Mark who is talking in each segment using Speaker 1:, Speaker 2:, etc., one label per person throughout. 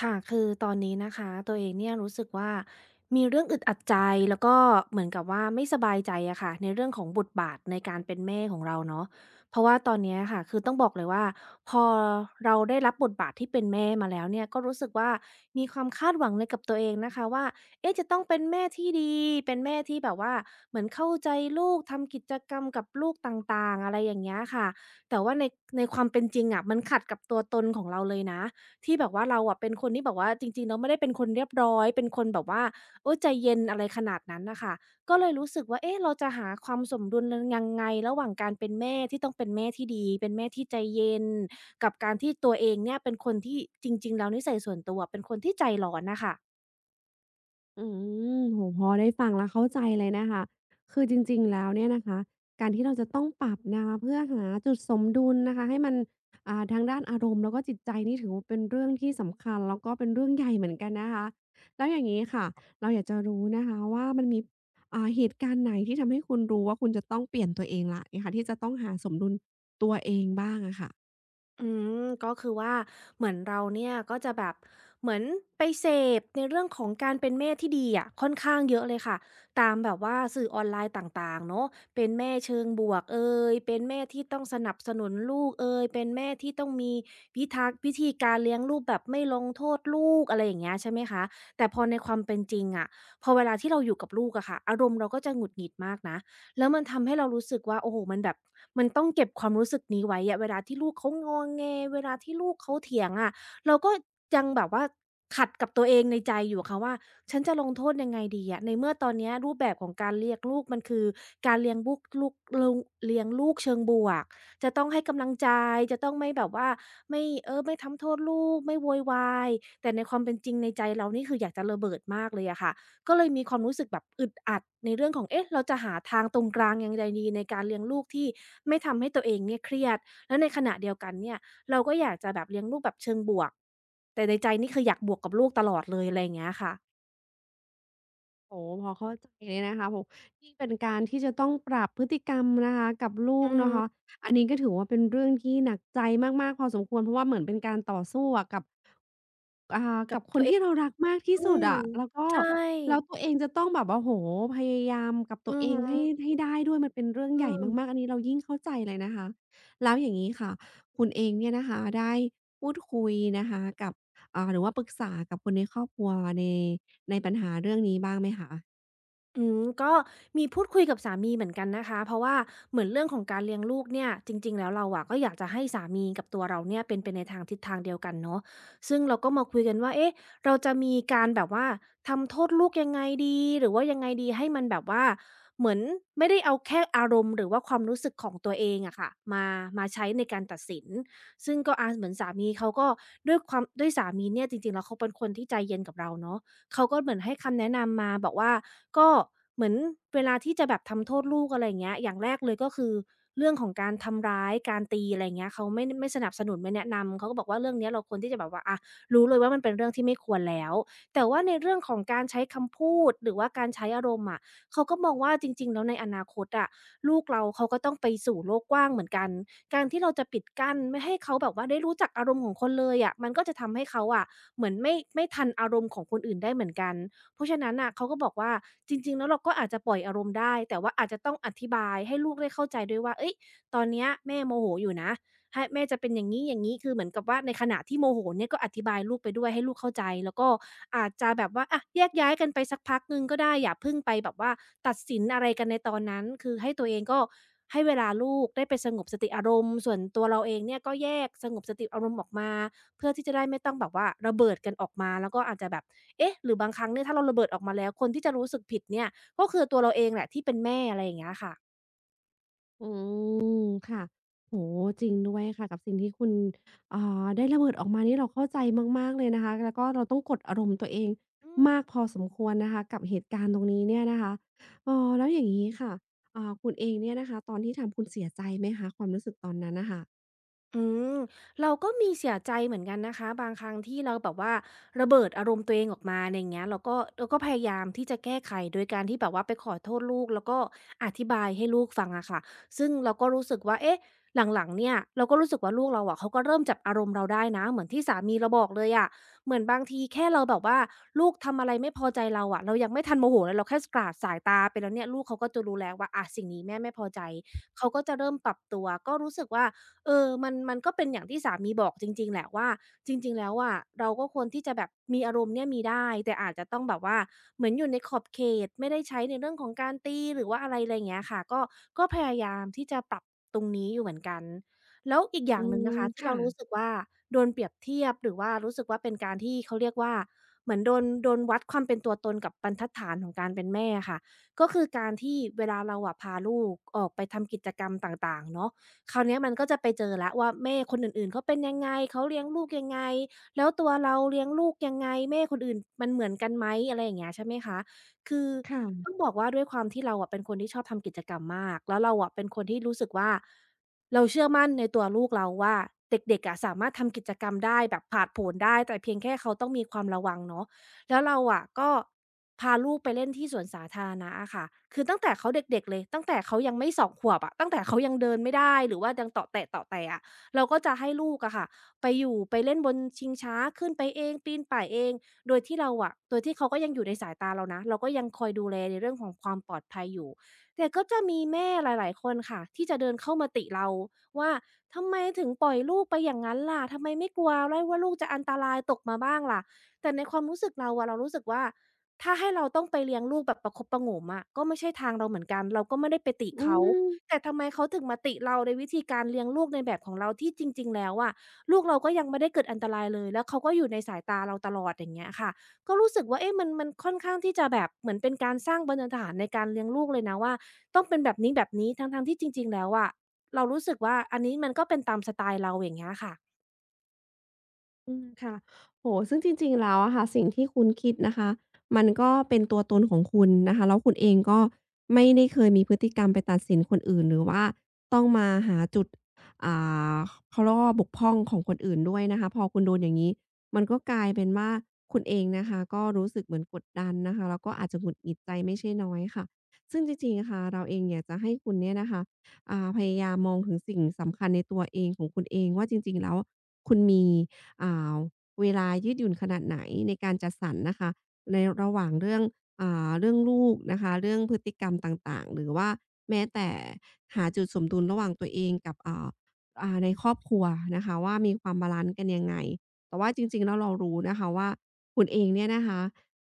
Speaker 1: ค่ะคือตอนนี้นะคะ ตัวเองเนี่ยรู้สึกว่ามีเรื่องอึดอัดใจ แล้วก็เหมือนกับว่าไม่สบายใจอะค่ะในเรื่องของบทบาทในการเป็นแม่ของเราเนาะ เพราะว่าตอนเนี้ยค่ะ คือต้องบอกเลยว่าพอเราได้รับบทบาทที่เป็นแม่มาแล้วเนี่ย ก็รู้สึกว่ามีความคาดหวังในกับตัวเองนะคะว่าเอ๊ะจะต้องเป็นแม่ที่ดีเป็นแม่ที่แบบว่าเหมือนเข้าใจลูกทำกิจกรรมกับลูกต่างๆอะไรอย่างเงี้ยค่ะแต่ว่าในความเป็นจริงอะมันขัดกับตัวตนของเราเลยนะ ที่แบบว่าเราอะเป็นคนที่แบบว่าจริงๆแล้วไม่ได้เป็นคนเรียบร้อยเป็นคนแบบว่าโอ๊ยใจเย็นอะไรขนาดนั้นน่ะค่ะก็เลยรู้สึกว่าเอ๊ะเราจะหาความสมดุลนยังไงระหว่างการเป็นแม่ที่ต้องเป็นแม่ที่ดีเป็นแม่ที่ใจเย็นกับการที่ตัวเองเนี่ยเป็นคนที่จริงๆแล้วนิสัยส่วนตัวเป็นคนที่ใจร้อนน่ะค่ะ
Speaker 2: อืโอ้โฮพอได้ฟังแล้วเข้าใจเลยนะคะคือจริงๆแล้วเนี่ยนะคะการที่เราจะต้องปรับนะคะเพื่อหาจุดสมดุลนะคะให้มันทางด้านอารมณ์แล้วก็จิตใจนี่ถือว่าเป็นเรื่องที่สำคัญแล้วก็เป็นเรื่องใหญ่เหมือนกันนะคะแล้วอย่างงี้ค่ะครับเราอยากจะรู้นะคะว่ามันมีเหตุการณ์ไหนที่ทำให้คุณรู้ว่าคุณจะต้องเปลี่ยนตัวเองแล้วอย่างเงี้ยค่ะที่จะต้องหาสมดุลตัวเองบ้างอะค่ะ
Speaker 1: อืมก็คือว่าเหมือนเราเนี่ยก็จะแบบเหมือนไปเสพในเรื่องของการเป็นแม่ที่ดีอ่ะค่อนข้างเยอะเลยค่ะตามแบบว่าสื่อออนไลน์ต่างๆเนาะเป็นแม่เชิงบวกเอยเป็นแม่ที่ต้องสนับสนุนลูกเอยเป็นแม่ที่ต้องมีวิทักษ์วิธีการเลี้ยงลูกแบบไม่ลงโทษลูกอะไรอย่างเงี้ยใช่ไหมคะแต่พอในความเป็นจริงอ่ะพอเวลาที่เราอยู่กับลูกอะค่ะอารมณ์เราก็จะหงุดหงิดมากนะ แล้วมันทำให้เรารู้สึกว่าโอ้โฮมันแบบมันต้องเก็บความรู้สึกนี้ไว้อะเวลาที่ลูกเขางอแงเวลาที่ลูกเขาเถียงอะเราก็ยังแบบว่าขัดกับตัวเองในใจอยู่อะค่ะว่าฉันจะลงโทษยังไงดีอะในเมื่อตอนเนี้ยรูปแบบของการเลี้ยงลูกมันคือการเลี้ยงบุกลูกลุงเลี้ยงลูกเชิงบวกจะต้องให้กำลังใจจะต้องไม่แบบว่าไม่เออไม่ทำโทษลูกไม่โวยวายแต่ในความเป็นจริงในใจเรานี่คืออยากจะระเบิดมากเลยอะค่ะ ก็เลยมีความรู้สึกแบบอึดอัดในเรื่องของเอ๊ะเราจะหาทางตรงกลางยังไงดีในการเลี้ยงลูกที่ไม่ทำให้ตัวเองเนี่ยเครียด แล้วในขณะเดียวกันเนี่ยเราก็อยากจะแบบเลี้ยงลูกแบบเชิงบวก แต่ในใจนี่คืออยากบวกกับลูกตลอดเลยอะไรอย่างเงี้ยค่ะ
Speaker 2: โอ้โฮพอเข้าใจเลยนะคะโอ้โฮนี่เป็นการที่จะต้องปรับพฤติกรรมนะคะกับลูก
Speaker 1: อื
Speaker 2: นะ
Speaker 1: ม
Speaker 2: คะอันนี้ก็ถือว่าเป็นเรื่องที่หนักใจมากๆพอสมควรเพราะว่าเหมือนเป็นการต่อสู้อะกับอ่า
Speaker 1: กั
Speaker 2: กั
Speaker 1: บ
Speaker 2: บค
Speaker 1: ตั
Speaker 2: น
Speaker 1: วเอ
Speaker 2: ที่
Speaker 1: ง
Speaker 2: เรารักมากที่
Speaker 1: อื
Speaker 2: สุด
Speaker 1: ม
Speaker 2: อะแล้วก็
Speaker 1: ใช่
Speaker 2: แล้วตัวเองจะต้องแบบโอ้โฮพยายามกับ
Speaker 1: อื
Speaker 2: ตัว
Speaker 1: อ
Speaker 2: เอง
Speaker 1: ฮึ
Speaker 2: ให้ได้ด้วยมันเป็นเรื่อง
Speaker 1: อื
Speaker 2: ใหญ่
Speaker 1: ม
Speaker 2: มากๆอันนี้เรายิ่งเข้าใจเลยนะคะแล้วอย่างงี้ค่ะคุณเองเนี่ยนะคะได้พูดคุยนะคะกับ หรือว่าปรึกษากับคนในครอบครัวในในปัญหาเรื่องนี้บ้างไหมคะ
Speaker 1: อืมก็มีพูดคุยกับสามีเหมือนกันนะคะเพราะว่าเหมือนเรื่องของการเลี้ยงลูกเนี่ยจริงๆแล้วเราอะก็อยากจะให้สามีกับตัวเราเนี่ยเป็นไปในทางทิศทางเดียวกันเนาะซึ่งเราก็มาคุยกันว่าเอ๊ะเราจะมีการแบบว่าทำโทษลูกยังไงดีหรือว่ายังไงดีให้มันแบบว่าเหมือนไม่ได้เอาแค่อารมณ์หรือว่าความรู้สึกของตัวเองอะค่ะมาใช้ในการตัดสินซึ่งก็อาเหมือนสามีเขาก็ด้วยความด้วยสามีเนี่ยจริงๆแล้วเขาเป็นคนที่ใจเย็นกับเราเนาะ เขาก็เหมือนให้คำแนะนำมาบอกว่าก็เหมือนเวลาที่จะแบบทำโทษลูกอะไรอย่างเงี้ยอย่างแรกเลยก็คือเรื่องของการทำร้ายการตีอะไรอย่างเงี้ยเขาไม่สนับสนุนไม่แนะนำเขาก็บอกว่าเรื่องเนี้ยเราควรที่จะแบบว่าอะรู้เลยว่ามันเป็นเรื่องที่ไม่ควรแล้วแต่ว่าในเรื่องของการใช้คำพูดหรือว่าการใช้อารมณ์อะเขาก็มองว่าจริงๆแล้วในอนาคตอะลูกเราเขาก็ต้องไปสู่โลกกว้างเหมือนกันการที่เราจะปิดกั้นไม่ให้เขาแบบว่าได้รู้จักอารมณ์ของคนเลยอะมันก็จะทำให้เขาอะ เหมือนไม่ทันอารมณ์ของคนอื่นได้เหมือนกันเพราะฉะนั้นน่ะเขาก็บอกว่าจริงๆแล้วเราก็อาจจะปล่อยอารมณ์ได้แต่ว่าอาจจะต้องอธิบายให้ลูกได้เข้าใจด้วยว่าเฮ้ยตอนเนี้ยแม่โมโหอยู่นะให้แม่จะเป็นอย่างงี้ๆคือเหมือนกับว่าในขณะที่โมโหเนี่ยก็อธิบายลูกไปด้วยให้ลูกเข้าใจแล้วก็อาจจะแบบว่าอะแยกย้ายกันไปสักพักหนึ่งก็ได้อย่าเพิ่งไปแบบว่าตัดสินอะไรกันในตอนนั้นคือให้ตัวเองก็ให้เวลาลูกได้ไปสงบสติอารมณ์ส่วนตัวเราเองเนี่ยก็แยกสงบสติอารมณ์ออกมา เพื่อที่จะได้ไม่ต้องแบบว่าระเบิดกันออกมาแล้วก็อาจจะแบบ เอ๊ะ หรือบางครั้งเนี่ยถ้าเราระเบิดออกมาแล้วคนที่จะรู้สึกผิดเนี่ยก็คือตัวเราเองแหละที่เป็นแม่อะไรอย่างเงี้ยค่ะ
Speaker 2: อืมค่ะโอ้โฮจริงด้วยค่ะกับสิ่งที่คุณอ่าได้ระเบิดออกมานี่เราเข้าใจมากๆเลยนะคะแล้วก็เราต้องกดอารมณ์ตัวเอง
Speaker 1: อืม
Speaker 2: มากพอสมควรนะคะกับเหตุการณ์ตรงนี้เนี่ยนะคะแล้วอย่างงี้ค่ะคุณเองเนี่ยนะคะตอนที่ทำคุณเสียใจไหมคะความรู้สึกตอนนั้นน่ะค่ะ
Speaker 1: อืมเราก็มีเสียใจเหมือนกันนะคะบางครั้งที่เราแบบว่าระเบิดอารมณ์ตัวเองออกมาในอย่างเงี้ยเราก็พยายามที่จะแก้ไขโดยการที่แบบว่าไปขอโทษลูกแล้วก็อธิบายให้ลูกฟังอะค่ะซึ่งเราก็รู้สึกว่าเอ๊ะหลังๆเนี่ยเราก็รู้สึกว่าลูกเราอะเขาก็เริ่มจับอารมณ์เราได้นะเหมือนที่สามีเราบอกเลยอะเหมือนบางทีแค่เราแบบว่าลูกทำอะไรไม่พอใจเราอะเรายังไม่ทันโมโหเลยเราแค่กราดสายตาไปแล้วเนี่ยลูกเขาก็จะรู้แล้วว่าอาสิ่งนี้แม่ไม่พอใจเขาก็จะเริ่มปรับตัวก็รู้สึกว่า เออมันก็เป็นอย่างที่สามีบอกจริงๆแหละว่าจริงๆแล้วอะเราก็ควรที่จะแบบมีอารมณ์เนี่ยมีได้แต่อาจจะต้องแบบว่าเหมือนอยู่ในขอบเขตไม่ได้ใช้ในเรื่องของการตีหรือว่าอะไรไรเงี้ยค่ะก็พยายามที่จะปรับตรงนี้อยู่เหมือนกันแล้วอีกอย่า
Speaker 2: อื
Speaker 1: งหนึ่ง
Speaker 2: ม
Speaker 1: นะคะที่เรารู้
Speaker 2: ค่ะ
Speaker 1: สึกว่าโดนเปรียบเทียบหรือว่ารู้สึกว่าเป็นการที่เขาเรียกว่าเหมือนโดนวัดความเป็นตัวตนกับบรรทัดฐานของการเป็นแม่อะค่ะก็คือการที่เวลาเราอะพาลูกออกไปทำกิจกรรมต่างๆเนาะ คราวเนี้ยมันก็จะไปเจอแล้วว่าแม่คนอื่นๆเขาเป็นยังไงเขาเลี้ยงลูกยังไงแล้วตัวเราเลี้ยงลูกยังไงแม่คนอื่นมันเหมือนกันไหมอะไรอย่างเงี้ยใช่ไหมคะคือต้
Speaker 2: ค่ะ
Speaker 1: องบอกว่าด้วยความที่เราอะเป็นคนที่ชอบทำกิจกรรมมากแล้วเราอะเป็นคนที่รู้สึกว่าเราเชื่อมั่นในตัวลูกเราว่าเด็กๆอะสามารถทำกิจกรรมได้แบบผาดโผนได้แต่เพียงแค่เขาต้องมีความระวังเนาะ แล้วเราอะก็พาลูกไปเล่นที่สวนสาธารณะอะค่ะคือตั้งแต่เขาเด็กๆเลยตั้งแต่เขายังไม่สองขวบอะตั้งแต่เขายังเดินไม่ได้หรือว่ายังเตาะแตะๆอะเราก็จะให้ลูกอะค่ะไปอยู่ไปเล่นบนชิงช้าขึ้นไปเองปีนป่ายเองโดยที่เราอะโดยที่เขาก็ยังอยู่ในสายตาเรานะเราก็ยังคอยดูแลในเรื่องของความปลอดภัยอยู่แต่ก็จะมีแม่หลายๆคนค่ะที่จะเดินเข้ามาติเราว่าทำไมถึงปล่อยลูกไปอย่างงั้นล่ะทำไมไม่กลัวไลว่าลูกจะอันตรายตกมาบ้างล่ะ แต่ในความรู้สึกเราอะเรารู้สึกว่าถ้าให้เราต้องไปเลี้ยงลูกแบบประคบประหงมอะก็ไม่ใช่ทางเราเหมือนกันเราก็ไม่ได้ไปติ
Speaker 2: อื
Speaker 1: เขา
Speaker 2: ม
Speaker 1: แต่ทำไมเขาถึงมาติเราในวิธีการเลี้ยงลูกในแบบของเราที่จริงๆแล้วอะลูกเราก็ยังไม่ได้เกิดอันตรายเลยแล้วเขาก็อยู่ในสายตาเราตลอดอย่างเงี้ยค่ะก็รู้สึกว่าเอ๊ะมันค่อนข้างที่จะแบบเหมือนเป็นการสร้างบรรทัดฐานในการเลี้ยงลูกเลยนะว่าต้องเป็นแบบนี้ๆทั้งๆที่จริงๆแล้วอะเรารู้สึกว่าอันนี้มันก็เป็นตามสไตล์เราอย่างเงี้ยค่ะ
Speaker 2: อืมค่ะโอ้โฮซึ่งจริงๆแล้วอะค่ะสิ่งที่คุณคิดนะคะมันก็เป็นตัวตนของคุณนะคะแล้วคุณเองก็ไม่ได้เคยมีพฤติกรรมไปตัดสินคนอื่นหรือว่าต้องมาหาจุดอ่าเขาเรียกว่าบกพร่องของคนอื่นด้วยนะคะพอคุณโดนอย่างงี้มันก็กลายเป็นว่าคุณเองนะคะก็รู้สึกเหมือนกดดันนะคะแล้วก็อาจจะหงุดหงิดใจไม่ใช่น้อยค่ะซึ่งจริงๆอะค่ะเราเองอยากจะให้คุณเนี่ยนะคะพยายามมองถึงสิ่งสำคัญในตัวเองของคุณเองว่าจริงๆแล้วคุณมี อ่าเวลายืดหยุ่นขนาดไหนในการจัดสรรนะคะในระหว่างเรื่องเรื่องลูกนะคะเรื่องพฤติกรรมต่างๆหรือว่าแม้แต่หาจุดสมดุลระหว่างตัวเองกับในครอบครัวนะคะว่ามีความบาลันซ์กันยังไงแต่ว่าจริงๆแล้วเรารู้นะคะว่าคุณเองเนี่ยนะคะ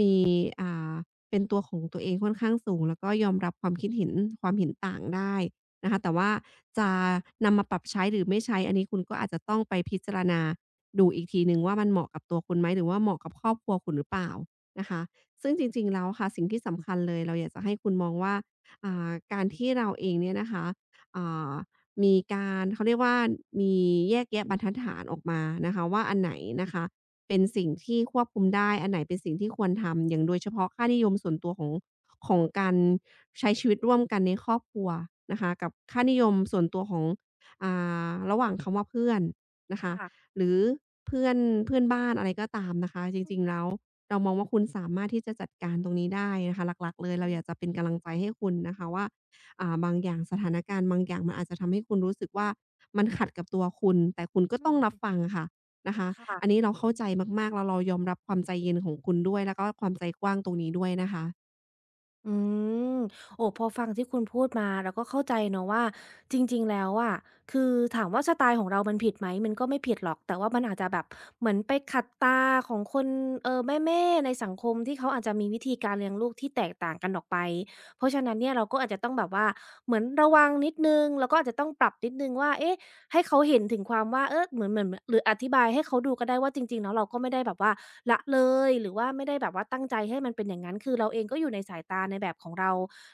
Speaker 2: มีอ่าเป็นตัวของตัวเองค่อนข้างสูงแล้วก็ยอมรับความคิดเห็นความเห็นต่างได้นะคะแต่ว่าจะนำมาปรับใช้หรือไม่ใช้อันนี้คุณก็อาจจะต้องไปพิจารณา ดูอีกทีหนึ่งว่ามันเหมาะกับตัวคุณไหมหรือว่าเหมาะกับครอบครัวคุณหรือเปล่านะคะซึ่งจริงๆแล้วค่ะสิ่งที่สำคัญเลยเราอยากจะให้คุณมองว่าการที่เราเองเนี่ยนะคะอ่ามีการเขาเรียกว่ามีแยกแยะบรรทัดฐานออกมานะคะว่าอันไหนนะคะเป็นสิ่งที่ควบคุมได้อันไหนเป็นสิ่งที่ควรทำอย่างโดยเฉพาะค่านิยมส่วนตัวของของการใช้ชีวิตร่วมกันในครอบครัวนะคะกับค่านิยมส่วนตัวของอ่ระหว่างคำว่าเพื่อนนะคะ
Speaker 1: ค่ะ
Speaker 2: หรือเพื่อนเพื่อนบ้านอะไรก็ตามนะคะจ
Speaker 1: อื
Speaker 2: ริงๆ
Speaker 1: ม
Speaker 2: แล้วเรามองว่าคุณสามารถที่จะจัดการตรงนี้ได้นะคะหลักๆเลย
Speaker 1: อื
Speaker 2: เราอ
Speaker 1: ม
Speaker 2: ยากจะเป็นกำลังใจให้คุณนะคะว่าบางอย่างสถานการณ์บางอย่างมันอาจจะทำให้คุณรู้สึกว่ามันขัดกับตัวคุณแต่คุณ
Speaker 1: อื
Speaker 2: ก็ต้องรับ
Speaker 1: ม
Speaker 2: ฟังค่ะนะคะอัน
Speaker 1: ค่ะ
Speaker 2: นี้เราเข้าใจมากๆแล้วเรายอมรับความใจเย็นของคุณด้วยแล้วก็ความใจกว้างตรงนี้ด้วยนะคะ
Speaker 1: อืม โอ้ พอฟังที่คุณพูดมาเราก็เข้าใจเนาะว่าจริงๆ แล้วอะคือถามว่าสไตล์ของเรามันผิดไหมมันก็ไม่ผิดหรอกแต่ว่ามันอาจจะแบบเหมือนไปขัดตาของคนแม่ๆ ในสังคมที่เขาอาจจะมีวิธีการเลี้ยงลูกที่แตกต่างกันออกไปเพราะฉะนั้นเนี่ยเราก็อาจจะต้องแบบว่าเหมือนระวังนิดหนึ่งแล้วก็อาจจะต้องปรับนิดหนึ่งว่าเอ๊ะให้เขาเห็นถึงความว่าเออเหมือนหรืออธิบายให้เขาดูก็ได้ว่าจริงๆแล้วเราก็ไม่ได้แบบว่า ละเลยหรือว่าไม่ได้แบบว่าตั้งใจให้มันเป็นอย่างนั้นคือเราเองก็อยู่ในสายตาในแบบของเรา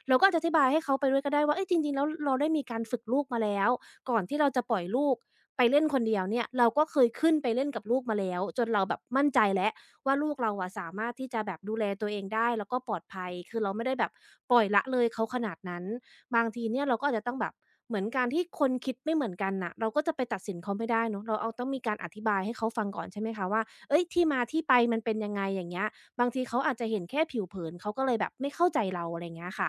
Speaker 1: เราก็อาจจะอธิบายให้เขาไปด้วยก็ได้ว่าเฮ้ยจริงๆแล้วเราได้มีการฝึกลูกมาแล้วก่อนที่เราจะปล่อยลูกไปเล่นคนเดียวเนี่ยเราก็เคยขึ้นไปเล่นกับลูกมาแล้วจนเราแบบมั่นใจแล้วว่าลูกเราอะสามารถที่จะแบบดูแลตัวเองได้แล้วก็ปลอดภัยคือเราไม่ได้แบบปล่อยละเลยเขาขนาดนั้นบางทีเนี่ยเราก็อาจจะต้องแบบเหมือนการที่คนคิดไม่เหมือนกันน่ะเราก็จะไปตัดสินเขาไม่ได้เนาะเราเอาต้องมีการอธิบายให้เขาฟังก่อนใช่ไหมคะว่า เฮ้ยที่มาที่ไปมันเป็นยังไงอย่างเงี้ยบางทีเขาอาจจะเห็นแค่ผิวเผินเขาก็เลยแบบไม่เข้าใจเราอะไรเงี้ยค่ะ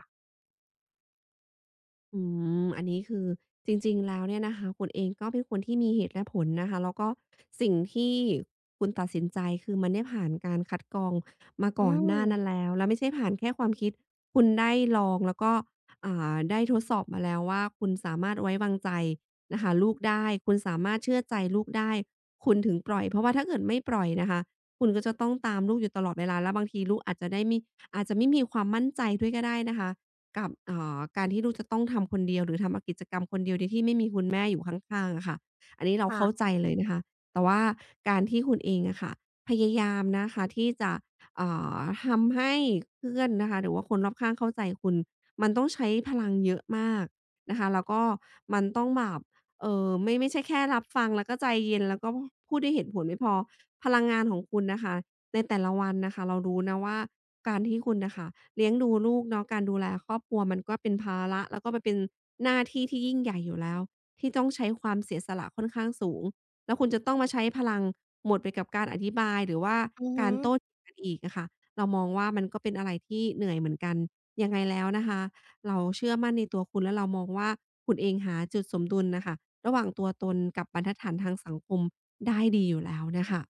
Speaker 2: อืมอันนี้คือจริงๆ แล้วเนี่ยนะคะคุณเองก็เป็นคนที่มีเหตุและผลนะคะแล้วก็สิ่งที่คุณตัดสินใจคือมันได้ผ่านการคัดกรองมา
Speaker 1: อื
Speaker 2: ก่อนห
Speaker 1: ม
Speaker 2: น้านั้นแล้วแล้วไม่ใช่ผ่านแค่ความคิดคุณได้ลองแล้วก็ได้ทดสอบมาแล้วว่าคุณสามารถไว้วางใจนะคะลูกได้คุณสามารถเชื่อใจลูกได้คุณถึงปล่อยเพราะว่าถ้าเกิดไม่ปล่อยนะคะคุณก็จะต้องตามลูกอยู่ตลอดเวลาแล้วบางทีลูกอาจจะได้มิอาจจะไม่มีความมั่นใจด้วยก็ได้นะคะ กับการที่ลูกจะต้องทำคนเดียวหรือทำอกิจกรรมคนเดียวโดยที่ไม่มีคุณแม่อยู่ข้างๆอะค่ะอันนี้เรา
Speaker 1: ค่ะ
Speaker 2: เข้าใจเลยนะคะแต่ว่าการที่คุณเองอะค่ะพยายามนะคะที่จะเอ่ทำให้เพื่อนนะคะหรือว่าคนรอบข้างเข้าใจคุณมันต้องใช้พลังเยอะมากนะคะแล้วก็มันต้องแบบไม่ใช่แค่รับฟังแล้วก็ใจเย็นแล้วก็พูดด้วยเหตุผลไม่พอพลังงานของคุณนะคะ ในแต่ละวันน่ะค่ะเรารู้นะว่าการที่คุณน่ะค่ะเลี้ยงดูลูกเนาะการดูแลครอบครัวมันก็เป็นภาระแล้วก็มันเป็นหน้าที่ที่ยิ่งใหญ่อยู่แล้วที่ต้องใช้ความเสียสละค่อนข้างสูงแล้วคุณจะต้องมาใช้พลังหมดไปกับการอธิบายหรือว่า
Speaker 1: อือ
Speaker 2: กา
Speaker 1: ฮึ
Speaker 2: รโต้เถียงกันอีกอะค่ะเรามองว่ามันก็เป็นอะไรที่เหนื่อยเหมือนกันยังไงแล้วนะคะเราเชื่อมั่นในตัวคุณและเรามองว่าคุณเองหาจุดสมดุลน่ะค่ะระหว่างตัวตนกับบรรทัดฐานทางสังคมได้ดีอยู่แล้วน่ะค่ะ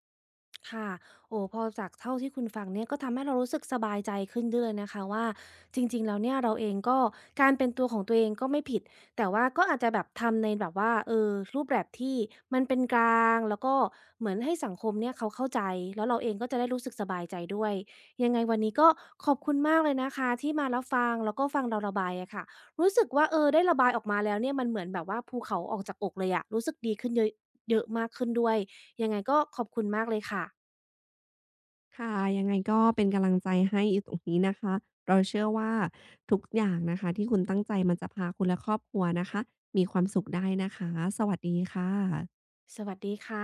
Speaker 1: ค่ะโอ้พอจากเท่าที่คุณฟังเนี่ยก็ทำให้เรารู้สึกสบายใจขึ้นด้วยเลยนะคะว่าจริงๆแล้วเนี่ยเราเองก็การเป็นตัวของตัวเองก็ไม่ผิดแต่ว่าก็อาจจะแบบทำในแบบว่าเออรูปแบบที่มันเป็นกลางแล้วก็เหมือนให้สังคมเนี่ยเขาเข้าใจแล้วเราเองก็จะได้รู้สึกสบายใจด้วยยังไงวันนี้ก็ขอบคุณมากเลยนะคะที่มารับฟังแล้วก็ฟังเราระบายอะค่ะรู้สึกว่าเออได้ระบายออกมาแล้วเนี่ยมันเหมือนแบบว่าภูเขาออกจากอกเลยอะรู้สึกดีขึ้นเยอะเยอะมากขึ้นด้วย ยังไงก็ขอบคุณมากเลยค่ะ
Speaker 2: ค่ะยังไงก็เป็นกำลังใจให้อยู่ตรงนี้นะคะเราเชื่อว่าทุกอย่างนะคะที่คุณตั้งใจมันจะพาคุณและครอบครัวนะคะมีความสุขได้นะคะสวัสดีค่ะ
Speaker 1: สวัสดีค่ะ